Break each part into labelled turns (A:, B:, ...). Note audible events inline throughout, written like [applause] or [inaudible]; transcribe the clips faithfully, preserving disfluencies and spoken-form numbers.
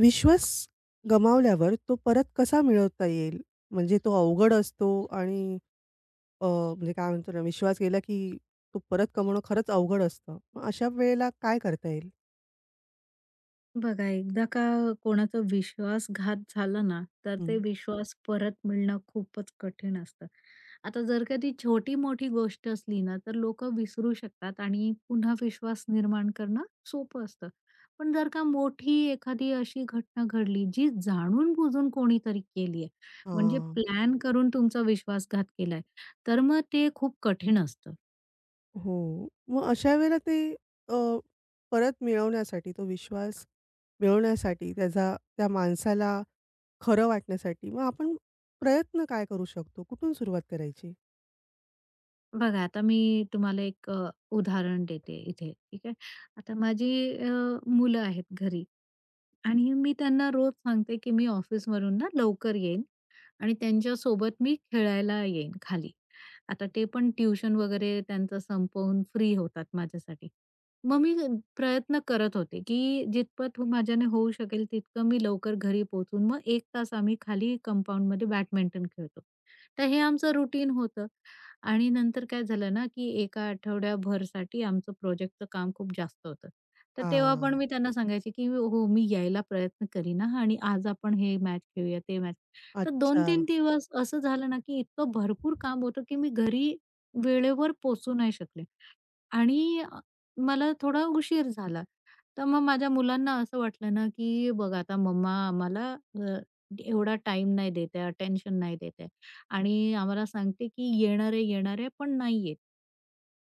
A: विश्वास गमावल्यावर तो परत कसा मिळवता येईल? म्हणजे तो अवघड असतो आणि अ, म्हणजे काय म्हणतो ना, विश्वास गेला की तो परत कमवणं खरंच अवघड असतं. मग अशा वेळेला काय करता येईल?
B: बघा, एकदा का कोणाचा विश्वासघात झाला ना, तर ते
A: हं.
B: विश्वास परत मिळणं खूपच कठीण असतं. आता जर का ती छोटी-मोठी गोष्ट असली ना, तर लोकं विसरू शकतात आणि पुन्हा विश्वास निर्माण करणं सोपं असतं. पण जर का मोठी एखादी अशी घटना घडली, जी जाणून-बुजून कोणीतरी केली आहे, म्हणजे
A: हां.
B: प्लॅन करून तुमचा विश्वासघात केलाय, तर मग ते खूप कठीण असतं.
A: हो. मग अशा वेळेला ते अ, परत मिळवण्यासाठी तो विश्वास मिळवण्यासाठी त्याचा त्या माणसाला खरं वाटण्यासाठी मग आपण प्रयत्न काय करू शकतो? कुठून सुरुवात करायची?
B: बघा आता मी तुम्हाला एक अ, उदाहरण देते इथे, ठीक आहे. आता माझी अ, मुलं आहेत घरी आणि मी त्यांना रोज सांगते, की मी ऑफिसवरून ना लवकर येईन आणि त्यांच्यासोबत मी खेळायला येईन खाली. आता ते पण ट्युशन वगैरे त्यांचं संपवून फ्री होतात माझ्यासाठी. मग मी प्रयत्न करत होते, की जितपत माझ्याने होऊ शकेल तितकं मी लवकर घरी पोहोचून मग एक तास आम्ही खाली कंपाऊंडमध्ये बॅडमिंटन खेळतो. तर हे आमचं रुटीन होतं आणि नंतर काय झालं ना, की एका आठवड्याभरसाठी आमचं प्रोजेक्टचं काम खूप जास्त होतं. तर तेव्हा
A: हां.
B: पण मी त्यांना सांगायचे, की "हो, मी यायला प्रयत्न करीन हां आणि आज आपण हे मॅच खेळूया, ते मॅच." तर
A: अच्छा.
B: दोन-तीन दिवस असं झालं ना, की इतकं भरपूर काम होतं, की मी घरी वेळेवर पोहोचू नाही शकले आणि अ, मला थोडा उशीर झाला. तर मग माझ्या मुलांना असं वाटलं ना, की बघ आता मम्मा आम्हाला अ, एवढा टाईम नाही देत आहे, अटेन्शन नाही देत आहे आणि आम्हाला सांगते, की येणार आहे, येणार आहे, पण नाही येत.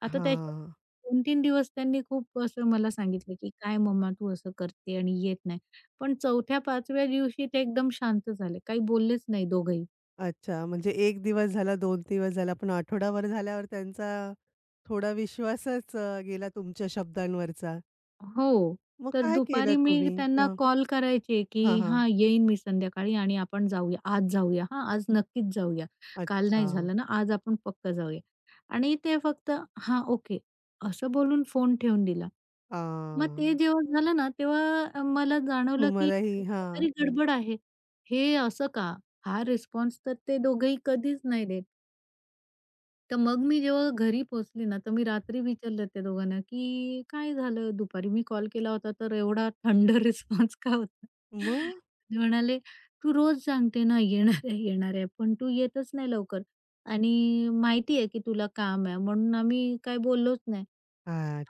B: आता त्याच्या
A: हां.
B: दोन-तीन दिवस त्यांनी खूप असं मला सांगितलं, की "काय मम्मा तू असं करते आणि येत नाही." पण 4थ्या, 5व्या दिवशी ते एकदम शांत झाले. काही बोललेच नाही दोघंही.
A: अच्छा, म्हणजे एक दिवस झाला, दोन दिवस झाला, पण आठवडाभर झाल्यावर त्यांचा थोडा विश्वासच अ, गेला तुमच्या शब्दांवरचा.
B: हो.
A: मग
B: तर
A: काय केलं
B: दुपारी मी
A: तुम्ही?
B: त्यांना
A: हां.
B: कॉल करायचे, की
A: हां, हां.
B: "हां, येईन मी संध्याकाळी आणि आपण जाऊया. आज जाऊया हां, आज नक्कीच जाऊया. काल
A: अच्छा.
B: नाही झालं ना, आज आपण पक्का जाऊया." आणि ते फक्त "हां, ओके." असं बोलून फोन ठेवून दिला. मग
A: हां.
B: ते जेव्हा झालं ना, तेव्हा मला जाणवलं, की
A: तुम्हालाही
B: अरे,
A: हां.
B: काहीतरी गडबड आहे. हे असं का? हा रिस्पॉन्स तर ते दोघंही कधीच नाही देत. तर मग मी जेव्हा घरी पोहोचली ना, तर मी रात्री विचारलं त्या दोघांना, की "काय झालं? दुपारी मी कॉल केला होता, तर एवढा थंड [laughs] रिस्पॉन्स का होता?"
A: मग?
B: ते म्हणाले, "तू रोज सांगते ना, येणार आहे, येणार आहे, पण तू येतच नाही लवकर आणि माहिती आहे की तुला काम आहे, म्हणून आम्ही काही बोललोच नाही.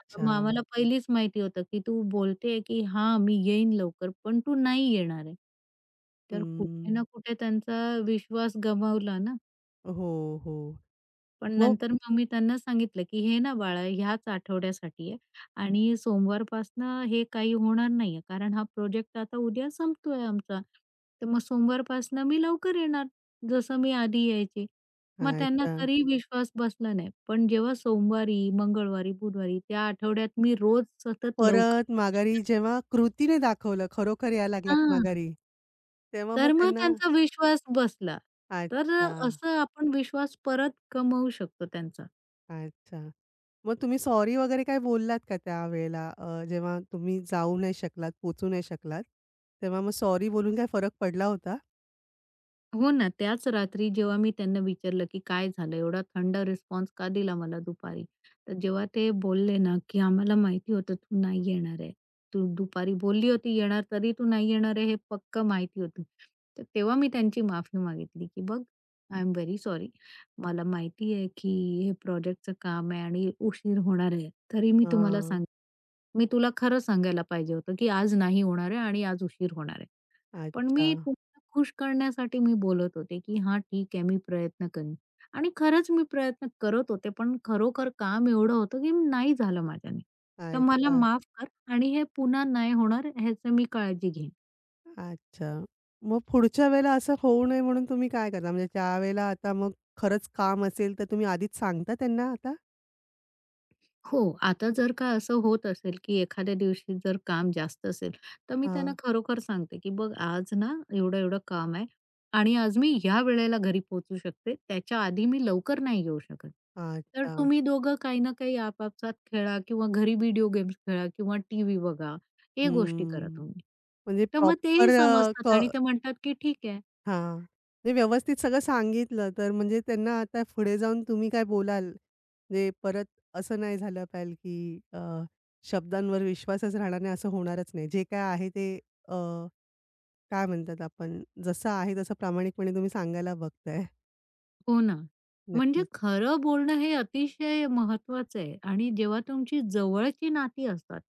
B: आता मग आम्हाला पहिलीच माहिती होतं की तू बोलते की हां, मी येईन लवकर, पण तू नाही येणार आहे." तर कुठे
A: हं.
B: ना कुठे त्यांचा विश्वास गमावला ना.
A: हो, हो.
B: पण
A: मग
B: नंतर मग मी त्यांना सांगितलं, की "हे ना बाळा, ह्याच आठवड्यासाठी आहे आणि सोमवारपासनं हे काही होणार नाहीये, कारण हा प्रोजेक्ट आता उद्या संपतोय आमचा. तर मग सोमवारपासनं मी लवकर येणार, जसं मी आधी यायचे." मग त्यांना
A: अच्छा.
B: तरी विश्वास बसला नाही. पण जेव्हा सोमवारी, मंगळवारी, बुधवारी त्या आठवड्यात मी रोज सतत लवकर
A: परत माघारी
B: त्यांच्यासोबत
A: जेव्हा कृतीने दाखवलं, खरोखर यायला लागलात
B: हां,
A: माघारी, तेव्हा मग
B: तर मग
A: त्यांना
B: त्यांचा विश्वास बसला. तर
A: अच्छा.
B: असं आपण विश्वास परत कमवू शकतो त्यांचा.
A: अच्छा. मग तुम्ही सॉरी वगैरे काही बोललात का त्यावेळेला? अ, जेव्हा तुम्ही जाऊ नाही शकलात, पोहोचू नाही शकलात, तेव्हा मग सॉरी बोलून काही फरक पडला होता?
B: हो ना, त्याच रात्री जेव्हा मी त्यांना विचारलं, की "काय झालं? एवढा थंड रिस्पॉन्स का दिला मला दुपारी?" तर जेव्हा ते बोलले ना, की "आम्हाला माहिती होतं तू नाही येणार आहे. तू दुपारी बोलली होती येणार, तरी तू नाही येणार आहे हे पक्कं माहिती होतं." तर तेव्हा मी त्यांची माफी मागितली, की "बघ, आय एम व्हेरी सॉरी. मला माहिती आहे, की हे प्रोजेक्टचं काम आहे आणि उशीर होणार आहे. तरी मी तुम्हाला
A: हां.
B: सांग मी तुला खरं सांगायला पाहिजे होतं, की आज नाही होणार आहे आणि आज उशीर होणार आहे." पण
A: अच्छा,
B: मी तुम्हाला खुश करण्यासाठी मी बोलत होते, की "हां, ठीक आहे, मी प्रयत्न करीन." आणि खरंच मी प्रयत्न करत होते, पण खरोखर काम एवढं होतं, की नाही झालं माझ्याने. तर मला हो.
A: अच्छा,
B: माफ कर आणि हे पुन्हा नाही होणार ह्याचं मी काळजी घेईन.
A: अच्छा. मग पुढच्या वेळेला असं होऊ नये म्हणून तुम्ही काय करता? म्हणजे त्यावेळेला आता मग खरंच काम असेल, तर तुम्ही आधीच सांगता त्यांना आता?
B: हो, आता जर का असं होत असेल, की एखाद्या दिवशी जर काम जास्त असेल, तर मी त्यांना
A: हां.
B: खरोखर सांगते, की "बघ आज ना एवढं-एवढं काम आहे आणि आज मी ह्या वेळेला घरी पोहोचू शकते. त्याच्या आधी मी लवकर नाही येऊ शकत. तर
A: अच्छा.
B: तुम्ही दोघं काही ना काही आपापसात खेळा किंवा घरी व्हिडिओ गेम्स खेळा किंवा टीव्ही बघा, हे गोष्टी करा
A: हं.
B: तुम्ही."
A: म्हणजे
B: तर मग
A: प्रॉपर
B: तेही
A: अ, क
B: समजतात आणि ते म्हणतात, की "ठीक आहे."
A: हां. म्हणजे व्यवस्थित सगळं सांगितलं, तर म्हणजे त्यांना आता पुढे जाऊन तुम्ही काय बोलाल? म्हणजे परत असं नाही झालं पाहिजे, की अ, शब्दांवर विश्वासच राहणार नाही, असं होणारच नाही. जे काय आहे ते अ, काय म्हणतात आपण, जसं आहे तसं प्रामाणिकपणे तुम्ही सांगायला बघताय.
B: हो ना. म्हणजे
A: नक्कीच.
B: खरं बोलणं हे अतिशय महत्वाचं आहे आणि जेव्हा तुमची जवळची नाती असतात,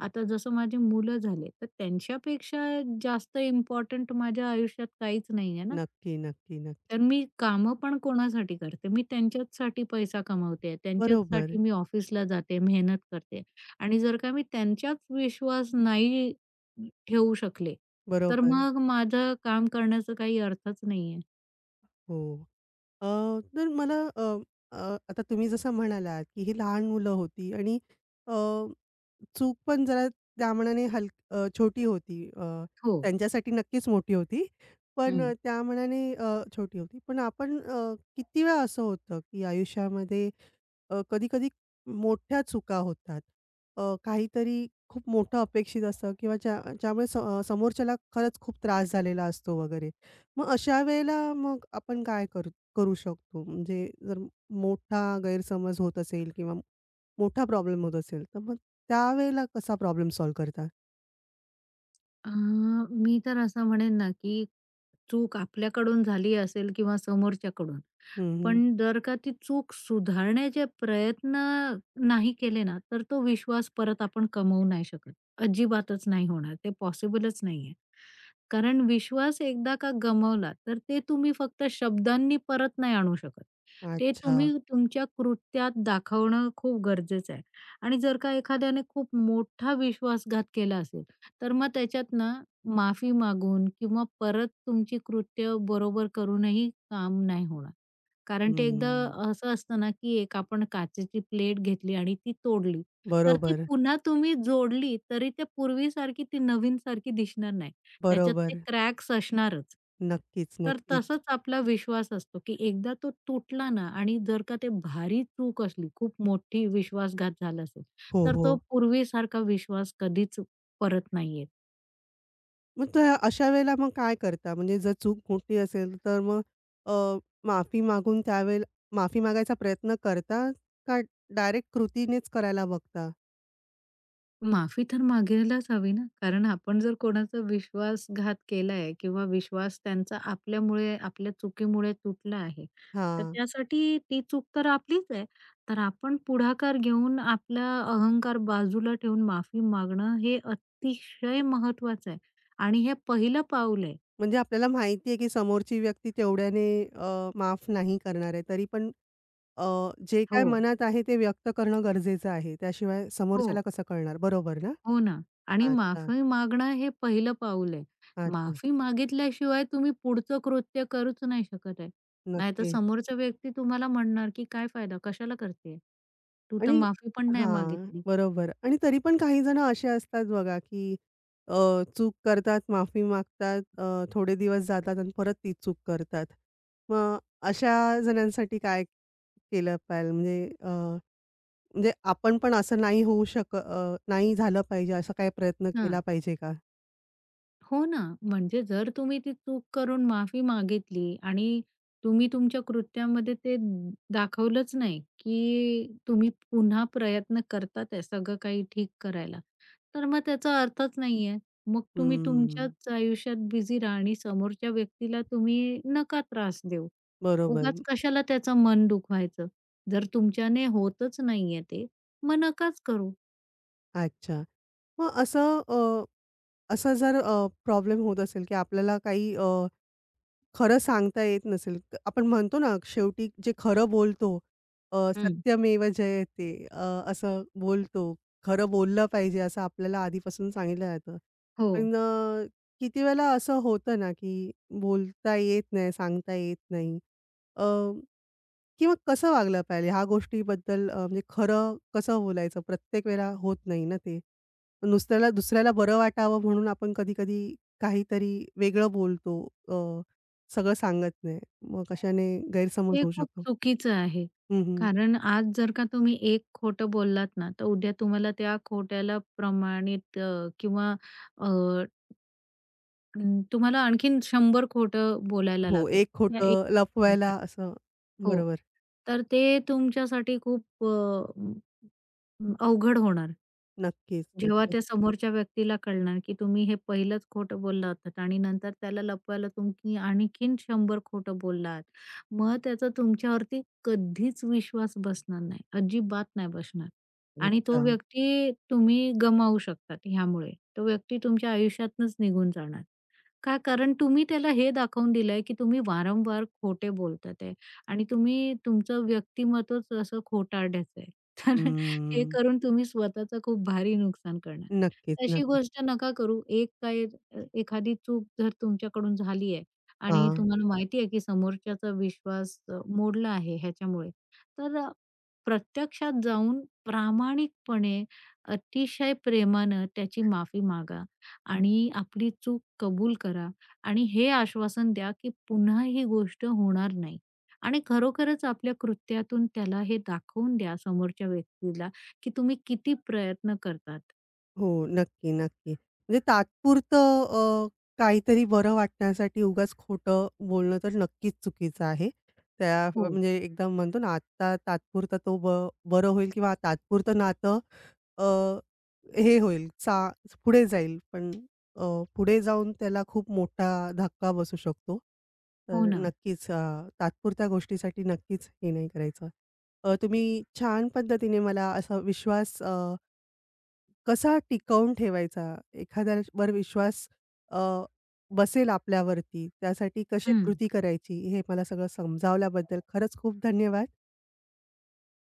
B: आता जसं माझी मुलं झाले, तर त्यांच्यापेक्षा जास्त इम्पोर्टंट माझ्या आयुष्यात काहीच नाही आहे ना.
A: नक्की, नक्की, नक्की.
B: तर मी कामं पण कोणासाठी करते? मी त्यांच्याचसाठी पैसा कमावते,
A: बरोबर,
B: त्यांच्याचसाठी मी ऑफिसला जाते, मेहनत करते आणि जर का मी त्यांच्याच विश्वास नाही ठेवू शकले, तर
A: बरोबर.
B: मग माझं काम करण्याचा काही अर्थच नाहीये.
A: हो. अ, तर मला अ, अ, आता तुम्ही जसं म्हणालात, की ही लहान मुलं होती आणि अ चूक पण जरा त्या मानाने हल अ, छोटी होती. अ,
B: हो.
A: त्यांच्यासाठी नक्कीच मोठी होती. पण अ,
B: हं.
A: त्या मानाने अ, छोटी होती. पण आपण अ, किती वेळा असं होतं, की आयुष्यामध्ये अ, कधी-कधी मोठ्या चुका होतात. अ, काहीतरी खूप मोठं अपेक्षित असतं किंवा ज्या ज्यामुळे स अ, समोरच्याला खरंच खूप त्रास झालेला असतो वगैरे. मग अशा वेळेला मग आपण काय करू करू शकतो? म्हणजे जर मोठा गैरसमज होत असेल किंवा मोठा प्रॉब्लेम होत असेल, तर मग त्यावेळेला कसा प्रॉब्लेम सॉल्व्ह करता?
B: अ, मी तर असं म्हणेन ना, की चूक आपल्याकडून झाली असेल किंवा समोरच्याकडून,
A: हं,
B: पण जर का ती चूक सुधारण्याचे प्रयत्न नाही केले ना, तर तो विश्वास परत आपण कमवू नाही शकत. अजिबातच नाही होणार. ते पॉसिबलच नाहीये. कारण विश्वास एकदा का गमावला, तर ते तुम्ही फक्त शब्दांनी परत नाही आणू शकत. ते
A: अच्छा.
B: तुम्ही तुमच्या कृत्यात दाखवणं खूप गरजेचं आहे आणि जर का एखाद्याने खूप मोठा विश्वासघात केला असेल तर मग त्याच्यात ना माफी मागून किंवा परत तुमची कृत्य बरोबर करूनही काम नाही होणार. कारण ते एकदा
A: हं.
B: असं असतं ना, की एक आपण काचेची प्लेट घेतली आणि ती तोडली, तर ती
A: बरोबर,
B: पुन्हा तुम्ही जोडली तरी त्या पूर्वीसारखी ती नवीनसारखी दिसणार नाही. त्याच्यात ते
A: बरोबर.
B: क्रॅक्स असणारच.
A: नक्कीच,
B: तर
A: नक्कीच.
B: तसंच आपला विश्वास असतो, की एकदा तो तुटला ना आणि जर का ते भारी चूक असली, खूप मोठी विश्वासघात झाला असेल,
A: हो,
B: तर तो
A: हो.
B: पूर्वीसारखा विश्वास कधीच परत नाही येत.
A: मग त्या अशा वेळेला मग काय करता? म्हणजे जर चूक मोठी असेल तर मग अ, माफी मागून त्यावेळेला माफी मागायचा प्रयत्न करता का डायरेक्ट कृतीनेच करायला बघता?
B: माफी तर मागायलाच हवी ना, कारण आपण जर कोणाचा विश्वासघात केलाय किंवा विश्वास त्यांचा आपल्यामुळे, आपल्या चुकीमुळे तुटला आहे, तर
A: हां.
B: त्यासाठी ती चूक तर आपलीच आहे. तर आपण पुढाकार घेऊन आपला अहंकार बाजूला ठेवून माफी मागणं हे अतिशय महत्वाचं आहे आणि हे पहिलं पाऊल आहे.
A: म्हणजे आपल्याला माहिती आहे की समोरची व्यक्ती तेवढ्याने अ, माफ नाही करणार आहे. तरी पण अ, जे
B: हो,
A: काय मनात आहे ते व्यक्त करणं गरजेचं आहे. त्याशिवाय समोरच्याला
B: हो.
A: कसं कळणार? बरोबर ना?
B: हो ना. आणि
A: अच्छा,
B: माफी मागणं हे पहिलं पाऊल आहे.
A: अच्छा.
B: माफी मागितल्याशिवाय तुम्ही पुढचं कृत्य करूच नाही शकत आहे. नाहीतर
A: नक्की.
B: समोरचा व्यक्ती तुम्हाला म्हणणार, की "काय फायदा? कशाला करतेय? तू तर
A: आणि
B: माफी पण नाही
A: हां,
B: मागितली."
A: बरोबर. आणि तरी पण काही जण असे असतात बघा, की अ, चूक करतात, माफी मागतात, अ, थोडे दिवस जातात आणि परत ती चूक करतात. मग अशा जणांसाठी काय केलं पाहिजे? म्हणजे अ, म्हणजे आपण पण असं नाही होऊ शक अ, नाही झालं पाहिजे असा काही प्रयत्न केला
B: हां.
A: पाहिजे का?
B: हो ना. म्हणजे जर तुम्ही ती चूक करून माफी मागितली आणि तुम्ही तुमच्या कृत्यामध्ये ते दाखवलंच नाही, की तुम्ही पुन्हा प्रयत्न करतात आहे सगळं काही ठीक करायला. तर मग त्याचा अर्थच नाहीये. मग तुम्ही
A: हम्म,
B: तुमच्याच आयुष्यात बिझी राहा आणि समोरच्या व्यक्तीला तुम्ही नका त्रास देऊ.
A: बरोबर.
B: उगाच कशाला त्याचं मन दुखवायचं. जर तुमच्याने होतच नाहीये ते, मग नकाच करू.
A: अच्छा. मग असं अ, असा जर प्रॉब्लेम होत असेल, की आपल्याला काही अ खरं सांगता येत नसेल. क- आपण म्हणतो ना, शेवटी जे खरं बोलतो अ,
B: हं.
A: सत्यमेव जयते अ, असं बोलतो. खरं बोललं पाहिजे असं आपल्याला आधीपासून सांगितलं जातं.
B: हो,
A: पण अ, किती वेळेला असं होतं ना, की बोलता येत नाही, सांगता येत नाही. किंवा कसं वागलं पाहिजे ह्या गोष्टीबद्दल अ, म्हणजे खरं कसं बोलायचं? प्रत्येक वेळेला होत नाही ना ते. नुसत्याला दुसऱ्याला बरं वाटावं म्हणून आपण कधी-कधी काहीतरी वेगळं बोलतो. अ, सगळं सांगत नाही. मग कशाने गैरसमज
B: हे
A: होऊ
B: खूप
A: शकतो.
B: चुकीचं आहे.
A: हं, हं.
B: कारण आज जर का तुम्ही एक खोटं बोललात ना, तर उद्या तुम्हाला त्या खोट्याला प्रमाणित अ, किंवा अ, न- तुम्हाला आणखीन शंभर खोटं बोलायला
A: हो,
B: लागेल.
A: एक
B: त्या एक
A: खोटं लपवायला असं.
B: हो.
A: बरोबर.
B: तर ते तुमच्यासाठी खूप अ, म, अवघड होणार.
A: नक्कीच,
B: जेव्हा
A: नक्कीच.
B: त्या समोरच्या व्यक्तीला कळणार, की तुम्ही हे पहिलंच खोटं बोलला होतात आणि नंतर त्याला लपवायला तुम्ही आणखीन शंभर खोटं बोलला आहात. मग त्याचा तुमच्यावरती कधीच विश्वास बसणार नाही. अजिबात नाही बसणार. आणि
A: अच्छा.
B: तो व्यक्ती तुम्ही गमावू शकतात ह्यामुळे. तो व्यक्ती तुमच्या आयुष्यातनंच निघून जाणार. का? कारण तुम्ही त्याला हे दाखवून दिलंय, की तुम्ही वारंवार खोटे बोलतात आहे आणि तुम्ही तुमचं व्यक्तिमत्वच असं खोटारड्याचं आहे. [laughs] तर हे
A: हम्म.
B: करून तुम्ही स्वतःचं खूप भारी नुकसान करणार.
A: नक्कीच,
B: तशी
A: नक्कीच.
B: गोष्ट नका करू. एक काय अ, एखादी चूक जर तुमच्याकडून झाली आहे आणि
A: हां.
B: तुम्हाला माहिती आहे की समोरच्याचा विश्वास अ, मोडला आहे ह्याच्यामुळे, तर अ, प्रत्यक्षात जाऊन प्रामाणिकपणे, अतिशय प्रेमानं त्याची माफी मागा आणि आपली चूक कबूल करा आणि हे आश्वासन द्या की पुन्हा ही गोष्ट होणार नाही आणि खरोखरच आपल्या कृत्यातून त्याला हे दाखवून द्या समोरच्या व्यक्तीला, की तुम्ही किती प्रयत्न करतात.
A: हो, नक्की, नक्की. म्हणजे तात्पुरतं अ, काहीतरी बरं वाटण्यासाठी उगाच खोटं बोलणं तर नक्कीच चुकीचं आहे. त्या
B: हो.
A: म्हणजे एकदम म्हणतो ना, आत्ता तात्पुरता तो ब बरं होईल किंवा तात्पुरतं नातं अ, हे होईल, चा पुढे जाईल. पण अ, पुढे जाऊन त्याला खूप मोठा धक्का बसू शकतो.
B: हो
A: तर
B: ना.
A: नक्कीच अ, तात्पुरत्या गोष्टीसाठी नक्कीच हे नाही करायचं. अ, तुम्ही छान पद्धतीने मला असा विश्वास अ कसा टिकवून ठेवायचा? एखाद्यावर विश्वास अ, बसेल आपल्यावरती, त्यासाठी कशी
B: हं.
A: कृती करायची? हे मला सगळं समजावल्याबद्दल खरंच खूप धन्यवाद.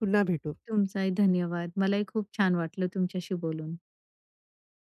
A: पुन्हा भेटू.
B: तुमचाही धन्यवाद. मलाही खूप छान वाटलं तुमच्याशी बोलून.